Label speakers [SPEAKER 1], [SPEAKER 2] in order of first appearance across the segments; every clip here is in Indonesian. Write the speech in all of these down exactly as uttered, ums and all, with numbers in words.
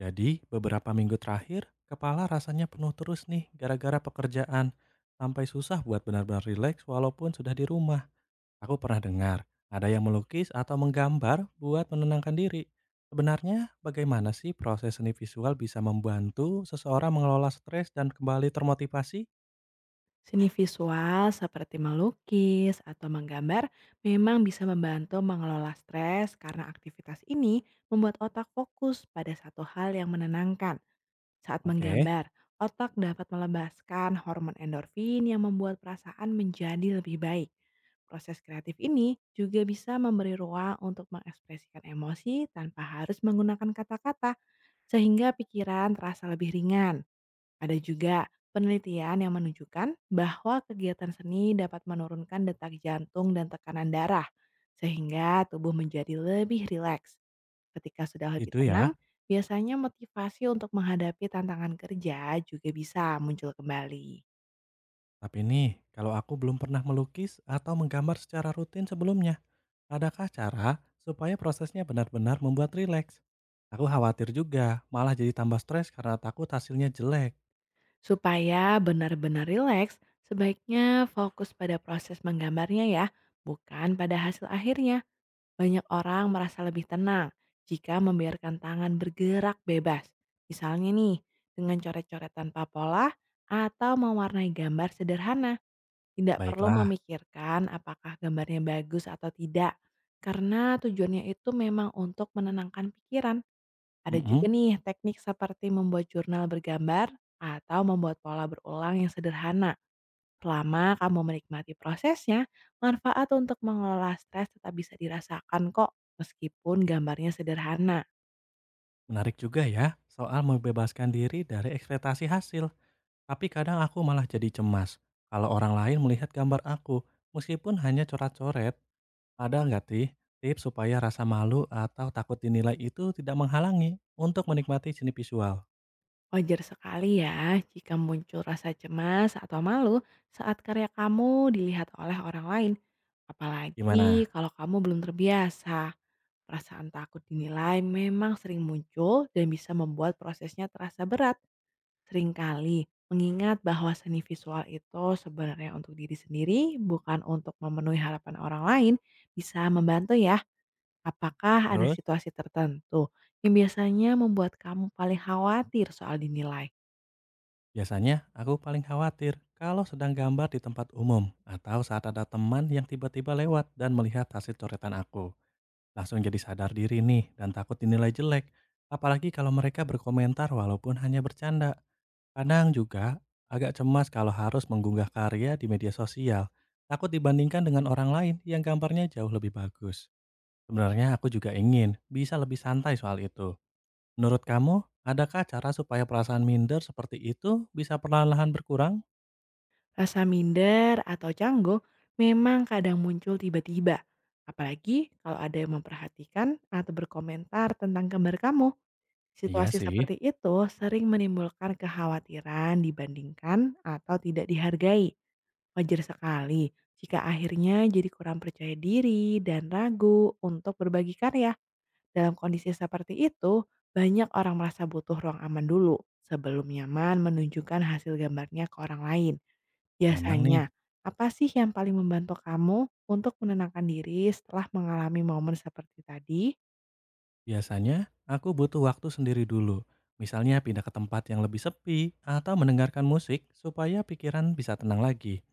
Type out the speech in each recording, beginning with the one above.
[SPEAKER 1] Jadi, beberapa minggu terakhir, kepala rasanya penuh terus nih gara-gara pekerjaan. Sampai susah buat benar-benar rileks walaupun sudah di rumah. Aku pernah dengar, ada yang melukis atau menggambar buat menenangkan diri. Sebenarnya, bagaimana sih proses seni visual bisa membantu seseorang mengelola stres dan kembali termotivasi?
[SPEAKER 2] Seni visual seperti melukis atau menggambar memang bisa membantu mengelola stres karena aktivitas ini membuat otak fokus pada satu hal yang menenangkan. Saat
[SPEAKER 1] Oke,
[SPEAKER 2] menggambar, otak dapat melepaskan hormon endorfin yang membuat perasaan menjadi lebih baik. Proses kreatif ini juga bisa memberi ruang untuk mengekspresikan emosi tanpa harus menggunakan kata-kata, sehingga pikiran terasa lebih ringan. Ada juga penelitian yang menunjukkan bahwa kegiatan seni dapat menurunkan detak jantung dan tekanan darah, sehingga tubuh menjadi lebih rileks. Ketika sudah lebih
[SPEAKER 1] itu
[SPEAKER 2] tenang,
[SPEAKER 1] ya.
[SPEAKER 2] biasanya motivasi untuk menghadapi tantangan kerja juga bisa muncul kembali.
[SPEAKER 1] Tapi nih, kalau aku belum pernah melukis atau menggambar secara rutin sebelumnya, adakah cara supaya prosesnya benar-benar membuat rileks? Aku khawatir juga, malah jadi tambah stres karena takut hasilnya jelek.
[SPEAKER 2] Supaya benar-benar rileks, sebaiknya fokus pada proses menggambarnya ya, bukan pada hasil akhirnya. Banyak orang merasa lebih tenang jika membiarkan tangan bergerak bebas. Misalnya nih, dengan coret-coret tanpa pola atau mewarnai gambar sederhana. Tidak perlu
[SPEAKER 1] Baiklah.
[SPEAKER 2] memikirkan apakah gambarnya bagus atau tidak. Karena tujuannya itu memang untuk menenangkan pikiran. Ada
[SPEAKER 1] mm
[SPEAKER 2] juga nih teknik seperti membuat jurnal bergambar atau membuat pola berulang yang sederhana. Selama kamu menikmati prosesnya, manfaat untuk mengelola stres tetap bisa dirasakan kok, meskipun gambarnya sederhana.
[SPEAKER 1] Menarik juga ya soal membebaskan diri dari ekspektasi hasil. Tapi kadang aku malah jadi cemas kalau orang lain melihat gambar aku, meskipun hanya coret-coret. Ada nggak sih tips supaya rasa malu atau takut dinilai itu tidak menghalangi untuk menikmati seni visual?
[SPEAKER 2] Wajar sekali ya jika muncul rasa cemas atau malu saat karya kamu dilihat oleh orang lain. Apalagi
[SPEAKER 1] Gimana?
[SPEAKER 2] kalau kamu belum terbiasa. Perasaan takut dinilai memang sering muncul dan bisa membuat prosesnya terasa berat. Seringkali mengingat bahwa seni visual itu sebenarnya untuk diri sendiri, bukan untuk memenuhi harapan orang lain, bisa membantu ya. Apakah ada
[SPEAKER 1] Terus,
[SPEAKER 2] situasi tertentu yang biasanya membuat kamu paling khawatir soal dinilai?
[SPEAKER 1] biasanya aku paling khawatir kalau sedang gambar di tempat umum atau saat ada teman yang tiba-tiba lewat dan melihat hasil coretan aku. Langsung jadi sadar diri nih dan takut dinilai jelek. Apalagi kalau mereka berkomentar walaupun hanya bercanda. Kadang juga agak cemas kalau harus mengunggah karya di media sosial. Takut dibandingkan dengan orang lain yang gambarnya jauh lebih bagus. Sebenarnya aku juga ingin bisa lebih santai soal itu. Menurut kamu, adakah cara supaya perasaan minder seperti itu bisa perlahan-lahan berkurang?
[SPEAKER 2] Rasa minder atau canggung memang kadang muncul tiba-tiba. Apalagi kalau ada yang memperhatikan atau berkomentar tentang gambar kamu.
[SPEAKER 1] Iya
[SPEAKER 2] Situasi
[SPEAKER 1] sih.
[SPEAKER 2] seperti itu sering menimbulkan kekhawatiran dibandingkan atau tidak dihargai. Wajar sekali jika akhirnya jadi kurang percaya diri dan ragu untuk berbagi karya. Dalam kondisi seperti itu, banyak orang merasa butuh ruang aman dulu sebelum nyaman menunjukkan hasil gambarnya ke orang lain.
[SPEAKER 1] Memang nih,
[SPEAKER 2] Biasanya, apa sih yang paling membantu kamu untuk menenangkan diri setelah mengalami momen seperti tadi?
[SPEAKER 1] biasanya aku butuh waktu sendiri dulu. Misalnya pindah ke tempat yang lebih sepi atau mendengarkan musik supaya pikiran bisa tenang lagi.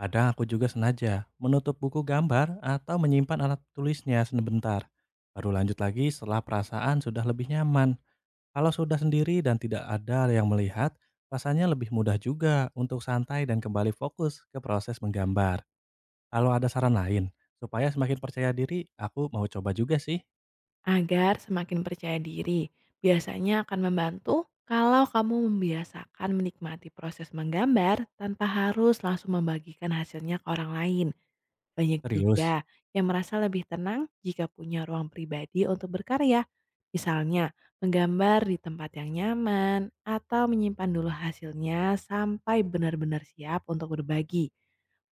[SPEAKER 1] Kadang aku juga sengaja menutup buku gambar atau menyimpan alat tulisnya sebentar. Baru lanjut lagi setelah perasaan sudah lebih nyaman. Kalau sudah sendiri dan tidak ada yang melihat, rasanya lebih mudah juga untuk santai dan kembali fokus ke proses menggambar. Kalau ada saran lain, supaya semakin percaya diri, aku mau coba juga sih.
[SPEAKER 2] Agar semakin percaya diri, biasanya akan membantu kalau kamu membiasakan menikmati proses menggambar tanpa harus langsung membagikan hasilnya ke orang lain. Banyak juga
[SPEAKER 1] Serius.
[SPEAKER 2] yang merasa lebih tenang jika punya ruang pribadi untuk berkarya. Misalnya, menggambar di tempat yang nyaman atau menyimpan dulu hasilnya sampai benar-benar siap untuk berbagi.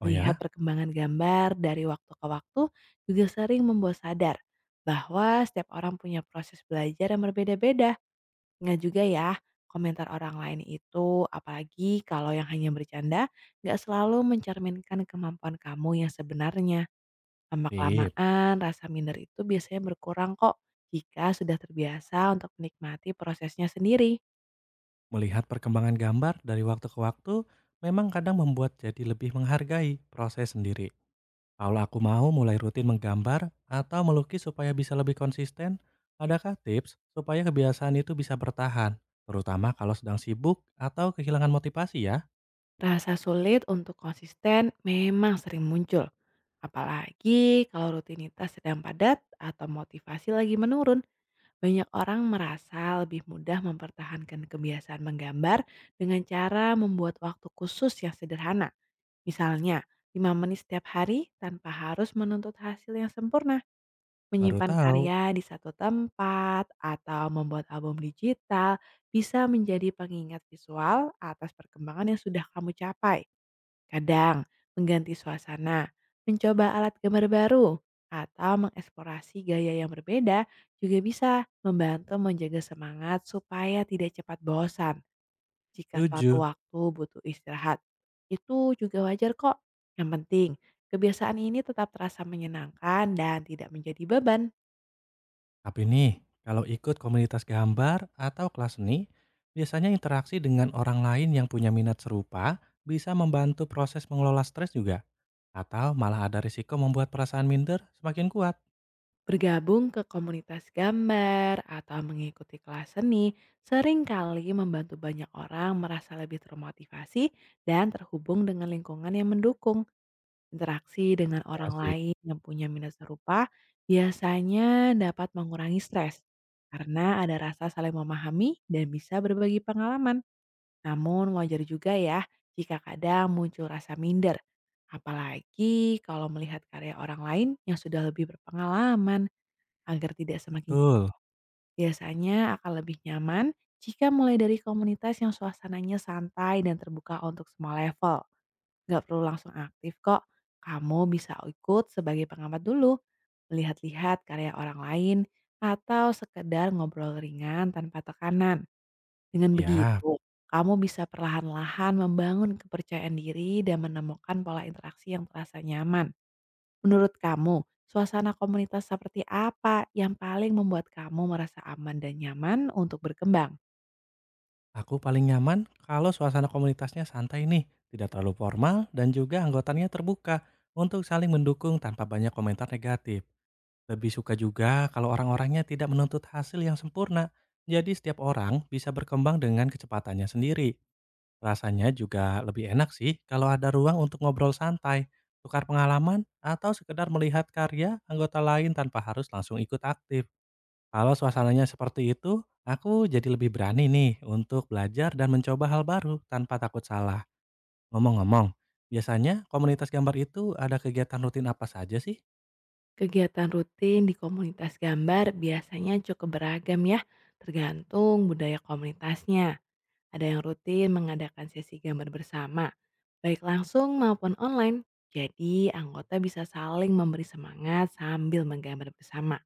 [SPEAKER 1] Oh
[SPEAKER 2] Melihat
[SPEAKER 1] ya?
[SPEAKER 2] perkembangan gambar dari waktu ke waktu juga sering membuat sadar bahwa setiap orang punya proses belajar yang berbeda-beda. Nggak juga ya, komentar orang lain itu, apalagi kalau yang hanya bercanda, nggak selalu mencerminkan kemampuan kamu yang sebenarnya.
[SPEAKER 1] Sip.
[SPEAKER 2] Lama-kelamaan rasa minder itu biasanya berkurang kok jika sudah terbiasa untuk menikmati prosesnya sendiri.
[SPEAKER 1] Melihat perkembangan gambar dari waktu ke waktu, memang kadang membuat jadi lebih menghargai proses sendiri. Kalau aku mau mulai rutin menggambar atau melukis supaya bisa lebih konsisten, adakah tips supaya kebiasaan itu bisa bertahan? Terutama kalau sedang sibuk atau kehilangan motivasi ya.
[SPEAKER 2] Rasa sulit untuk konsisten memang sering muncul. Apalagi kalau rutinitas sedang padat atau motivasi lagi menurun, banyak orang merasa lebih mudah mempertahankan kebiasaan menggambar dengan cara membuat waktu khusus yang sederhana. Misalnya, lima menit setiap hari tanpa harus menuntut hasil yang sempurna.
[SPEAKER 1] Baru
[SPEAKER 2] Menyimpan
[SPEAKER 1] tahu.
[SPEAKER 2] karya di satu tempat atau membuat album digital bisa menjadi pengingat visual atas perkembangan yang sudah kamu capai. Kadang, mengganti suasana, mencoba alat gambar baru, atau mengeksplorasi gaya yang berbeda juga bisa membantu menjaga semangat supaya tidak cepat bosan jika suatu
[SPEAKER 1] Tujuh.
[SPEAKER 2] waktu butuh istirahat. Itu juga wajar kok. Yang penting, kebiasaan ini tetap terasa menyenangkan dan tidak menjadi beban.
[SPEAKER 1] Tapi nih, kalau ikut komunitas gambar atau kelas seni, biasanya interaksi dengan orang lain yang punya minat serupa bisa membantu proses mengelola stres juga. Atau malah ada risiko membuat perasaan minder semakin kuat.
[SPEAKER 2] Bergabung ke komunitas gambar atau mengikuti kelas seni seringkali membantu banyak orang merasa lebih termotivasi dan terhubung dengan lingkungan yang mendukung. Interaksi dengan
[SPEAKER 1] Ya
[SPEAKER 2] orang
[SPEAKER 1] sih.
[SPEAKER 2] lain yang punya minat serupa biasanya dapat mengurangi stres karena ada rasa saling memahami dan bisa berbagi pengalaman. Namun wajar juga ya jika kadang muncul rasa minder, apalagi kalau melihat karya orang lain yang sudah lebih berpengalaman. Agar tidak semakin,
[SPEAKER 1] Betul.
[SPEAKER 2] biasanya akan lebih nyaman jika mulai dari komunitas yang suasananya santai dan terbuka untuk semua level. Nggak perlu langsung aktif kok, kamu bisa ikut sebagai pengamat dulu, melihat-lihat karya orang lain, atau sekedar ngobrol ringan tanpa tekanan. Dengan
[SPEAKER 1] Ya,
[SPEAKER 2] begitu, kamu bisa perlahan-lahan membangun kepercayaan diri dan menemukan pola interaksi yang terasa nyaman. Menurut kamu, suasana komunitas seperti apa yang paling membuat kamu merasa aman dan nyaman untuk berkembang?
[SPEAKER 1] aku paling nyaman kalau suasana komunitasnya santai nih, tidak terlalu formal dan juga anggotanya terbuka untuk saling mendukung tanpa banyak komentar negatif. Lebih suka juga kalau orang-orangnya tidak menuntut hasil yang sempurna, jadi setiap orang bisa berkembang dengan kecepatannya sendiri. Rasanya juga lebih enak sih kalau ada ruang untuk ngobrol santai, tukar pengalaman, atau sekedar melihat karya anggota lain tanpa harus langsung ikut aktif. Kalau suasananya seperti itu, aku jadi lebih berani nih untuk belajar dan mencoba hal baru tanpa takut salah. Ngomong-ngomong, biasanya komunitas gambar itu ada kegiatan rutin apa saja sih?
[SPEAKER 2] Kegiatan rutin di komunitas gambar biasanya cukup beragam ya, tergantung budaya komunitasnya. Ada yang rutin mengadakan sesi gambar bersama, baik langsung maupun online. Jadi anggota bisa saling memberi semangat sambil menggambar bersama.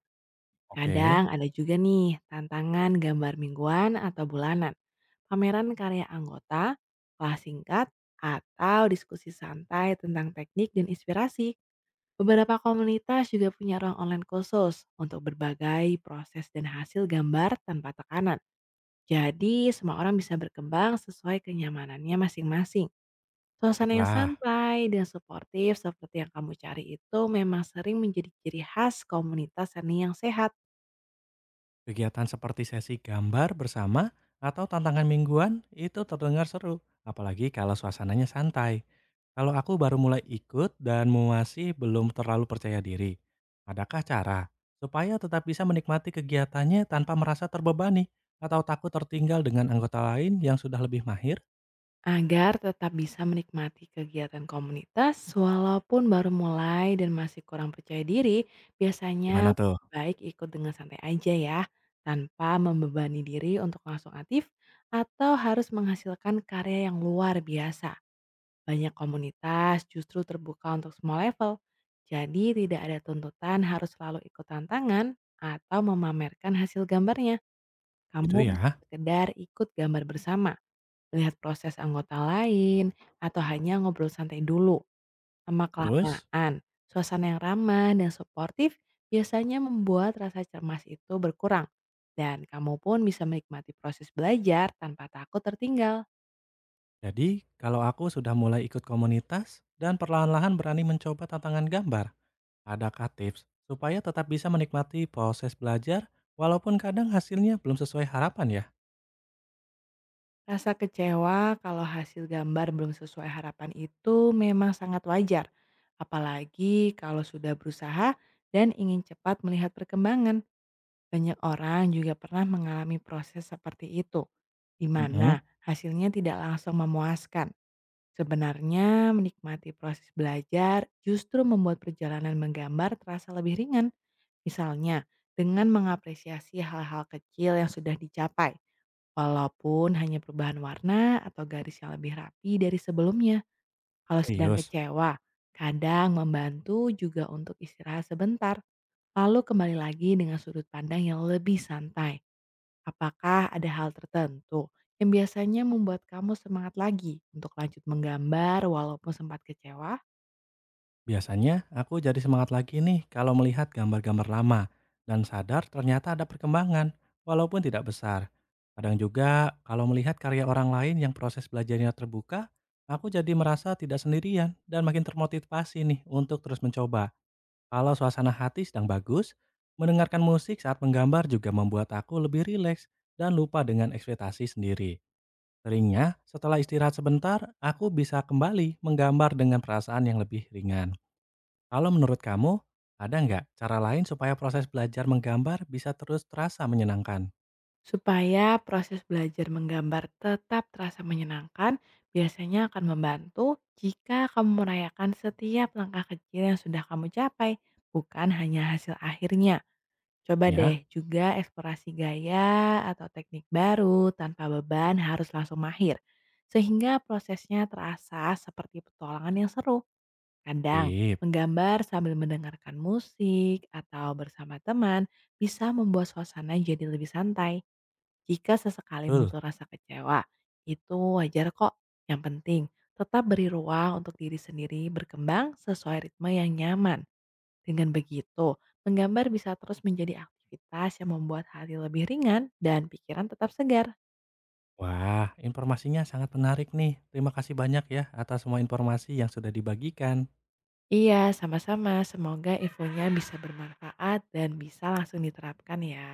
[SPEAKER 1] Oke,
[SPEAKER 2] Kadang ada juga nih tantangan gambar mingguan atau bulanan, pameran karya anggota, kelas singkat, atau diskusi santai tentang teknik dan inspirasi. Beberapa komunitas juga punya ruang online khusus untuk berbagai proses dan hasil gambar tanpa tekanan. Jadi semua orang bisa berkembang sesuai kenyamanannya masing-masing. Suasana yang
[SPEAKER 1] baiklah.
[SPEAKER 2] santai dan suportif seperti yang kamu cari itu memang sering menjadi ciri khas komunitas seni yang sehat.
[SPEAKER 1] Kegiatan seperti sesi gambar bersama atau tantangan mingguan itu terdengar seru, apalagi kalau suasananya santai. Kalau aku baru mulai ikut dan masih belum terlalu percaya diri, adakah cara supaya tetap bisa menikmati kegiatannya tanpa merasa terbebani atau takut tertinggal dengan anggota lain yang sudah lebih mahir?
[SPEAKER 2] Agar tetap bisa menikmati kegiatan komunitas walaupun baru mulai dan masih kurang percaya diri,
[SPEAKER 1] Gimana
[SPEAKER 2] biasanya
[SPEAKER 1] tuh?
[SPEAKER 2] lebih baik ikut dengan santai aja ya, tanpa membebani diri untuk langsung aktif atau harus menghasilkan karya yang luar biasa. Banyak komunitas justru terbuka untuk semua level, jadi tidak ada tuntutan harus selalu ikut tantangan atau memamerkan hasil gambarnya. Kamu
[SPEAKER 1] Itu
[SPEAKER 2] bisa
[SPEAKER 1] ya.
[SPEAKER 2] sekedar ikut gambar bersama, melihat proses anggota lain, atau hanya ngobrol santai dulu?
[SPEAKER 1] Terus,
[SPEAKER 2] Lama-kelamaan, suasana yang ramah dan suportif biasanya membuat rasa cermas itu berkurang, dan kamu pun bisa menikmati proses belajar tanpa takut tertinggal.
[SPEAKER 1] jadi kalau aku sudah mulai ikut komunitas dan perlahan-lahan berani mencoba tantangan gambar, adakah tips supaya tetap bisa menikmati proses belajar walaupun kadang hasilnya belum sesuai harapan ya?
[SPEAKER 2] Rasa kecewa kalau hasil gambar belum sesuai harapan itu memang sangat wajar, apalagi kalau sudah berusaha dan ingin cepat melihat perkembangan. Banyak orang juga pernah mengalami proses seperti itu, di
[SPEAKER 1] Mhm.
[SPEAKER 2] mana hasilnya tidak langsung memuaskan. Sebenarnya, menikmati proses belajar justru membuat perjalanan menggambar terasa lebih ringan. Misalnya, dengan mengapresiasi hal-hal kecil yang sudah dicapai, walaupun hanya perubahan warna atau garis yang lebih rapi dari sebelumnya. Kalau sedang
[SPEAKER 1] Serius,
[SPEAKER 2] kecewa, kadang membantu juga untuk istirahat sebentar, lalu kembali lagi dengan sudut pandang yang lebih santai. Apakah ada hal tertentu yang biasanya membuat kamu semangat lagi untuk lanjut menggambar walaupun sempat kecewa?
[SPEAKER 1] biasanya aku jadi semangat lagi nih kalau melihat gambar-gambar lama dan sadar ternyata ada perkembangan walaupun tidak besar. Kadang juga kalau melihat karya orang lain yang proses belajarnya terbuka, aku jadi merasa tidak sendirian dan makin termotivasi nih untuk terus mencoba. Kalau suasana hati sedang bagus, mendengarkan musik saat menggambar juga membuat aku lebih rileks dan lupa dengan ekspektasi sendiri. Seringnya, setelah istirahat sebentar, aku bisa kembali menggambar dengan perasaan yang lebih ringan. Kalau menurut kamu, ada nggak cara lain supaya proses belajar menggambar bisa terus terasa menyenangkan?
[SPEAKER 2] Supaya proses belajar menggambar tetap terasa menyenangkan, biasanya akan membantu jika kamu merayakan setiap langkah kecil yang sudah kamu capai, bukan hanya hasil akhirnya. Coba
[SPEAKER 1] Ya,
[SPEAKER 2] deh juga eksplorasi gaya atau teknik baru tanpa beban harus langsung mahir, sehingga prosesnya terasa seperti petualangan yang seru. Kadang,
[SPEAKER 1] sip.
[SPEAKER 2] menggambar sambil mendengarkan musik atau bersama teman bisa membuat suasana jadi lebih santai. Jika sesekali
[SPEAKER 1] Betul.
[SPEAKER 2] muncul rasa kecewa, itu wajar kok. Yang penting, tetap beri ruang untuk diri sendiri berkembang sesuai ritme yang nyaman. Dengan begitu, menggambar bisa terus menjadi aktivitas yang membuat hati lebih ringan dan pikiran tetap segar.
[SPEAKER 1] Wah, informasinya sangat menarik nih. Terima kasih banyak ya atas semua informasi yang sudah dibagikan.
[SPEAKER 2] Iya, sama-sama. Semoga infonya bisa bermanfaat dan bisa langsung diterapkan ya.